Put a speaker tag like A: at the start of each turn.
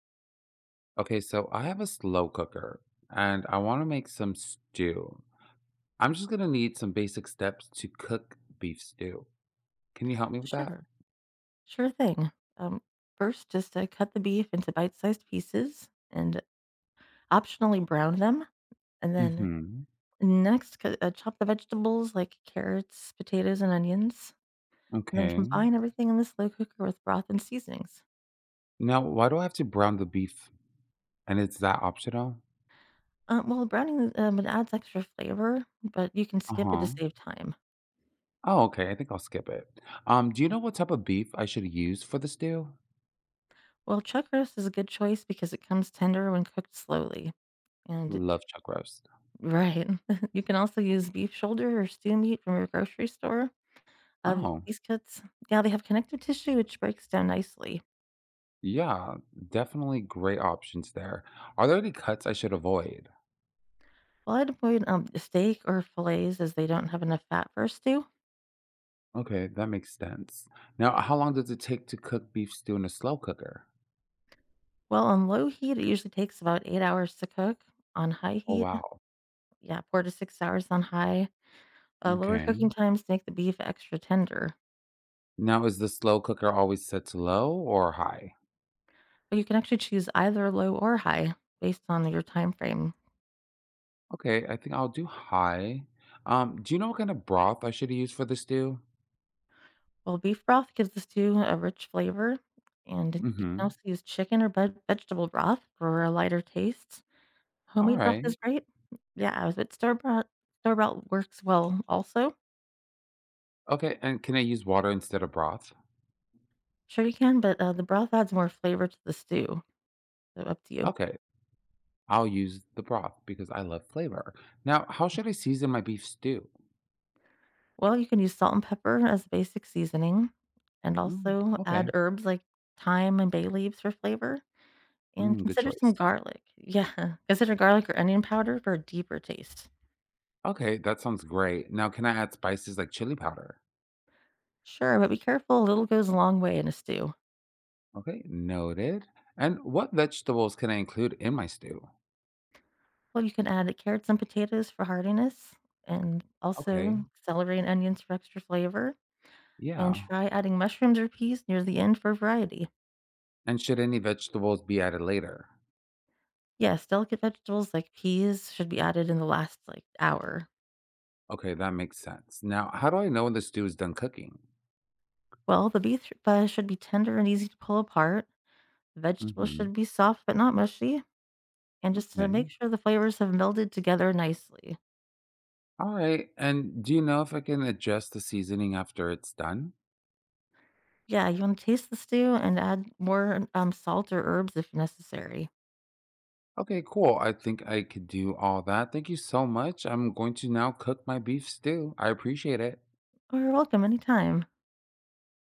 A: Okay, so I have a slow cooker and I want to make some stew. I'm just going to need some basic steps to cook beef stew. Can you help me with that?
B: Sure. Sure thing. Um, First, just cut the beef into bite sized pieces and optionally brown them. And then
A: Mm-hmm.
B: next, chop the vegetables like carrots, potatoes, and onions. And then
A: Okay.
B: combine everything in the slow cooker with broth and seasonings.
A: Now, why do I have to brown the beef? And is that optional?
B: Well, browning it adds extra flavor, but you can skip it to
A: Uh-huh.
B: save time.
A: Oh, okay. I think I'll skip it. Do you know what type of beef I should use for the stew?
B: Well, chuck roast is a good choice because it comes tender when cooked slowly. And it-
A: Love chuck roast.
B: right, you can also use beef shoulder or stew meat from your grocery store.
A: Oh,
B: These cuts, yeah, they have connective tissue, which breaks down nicely.
A: yeah, definitely great options there. Are there any cuts I should avoid?
B: Well, I'd avoid steak or fillets as they don't have enough fat for a stew.
A: Okay, that makes sense. Now, how long does it take to cook beef stew in a slow cooker?
B: Well, on low heat, it usually takes about 8 hours to cook. On high
A: Oh,
B: heat,
A: wow.
B: yeah, 4 to 6 hours on high. Lower cooking
A: Okay.
B: times make the beef extra tender.
A: Now, is the slow cooker always set to low or high?
B: But you can actually choose either low or high based on your time frame.
A: Okay, I think I'll do high. Do you know what kind of broth I should use for the stew?
B: Well, beef broth gives the stew a rich flavor, and you can
A: Mm-hmm.
B: also use chicken or vegetable broth for a lighter taste.
A: All
B: Homemade broth
A: right.
B: is great. Yeah, but store bought works well also.
A: Okay, and can I use water instead of broth?
B: Sure you can, but the broth adds more flavor to the stew, so up to you.
A: Okay, I'll use the broth because I love flavor. Now, how should I season my beef stew?
B: Well, you can use salt and pepper as basic seasoning, and
A: Mm,
B: also add
A: okay.
B: herbs like thyme and bay leaves for flavor, and
A: Mm, good
B: consider some
A: choice.
B: garlic. Yeah, consider garlic or onion powder for a deeper taste.
A: Okay, that sounds great. Now, can I add spices like chili powder?
B: Sure, but be careful, a little goes a long way in a stew.
A: Okay, noted. And what vegetables can I include in my stew?
B: Well, you can add carrots and potatoes for heartiness, and also
A: Okay,
B: celery and onions for extra flavor. And
A: yeah.
B: try adding mushrooms or peas near the end for variety.
A: And should any vegetables be added later?
B: Yes, delicate vegetables like peas should be added in the last like hour.
A: Okay, that makes sense. Now, how do I know when the stew is done cooking?
B: Well, the beef should be tender and easy to pull apart. Vegetables
A: Mm-hmm.
B: should be soft but not mushy, and just to make
A: Okay.
B: sure the flavors have melded together nicely.
A: All right. And do you know if I can adjust the seasoning after it's done?
B: Yeah, you want to taste the stew and add more salt or herbs if necessary.
A: Okay, cool. I think I could do all that. Thank you so much. I'm going to now cook my beef stew. I appreciate it.
B: Oh, you're welcome anytime.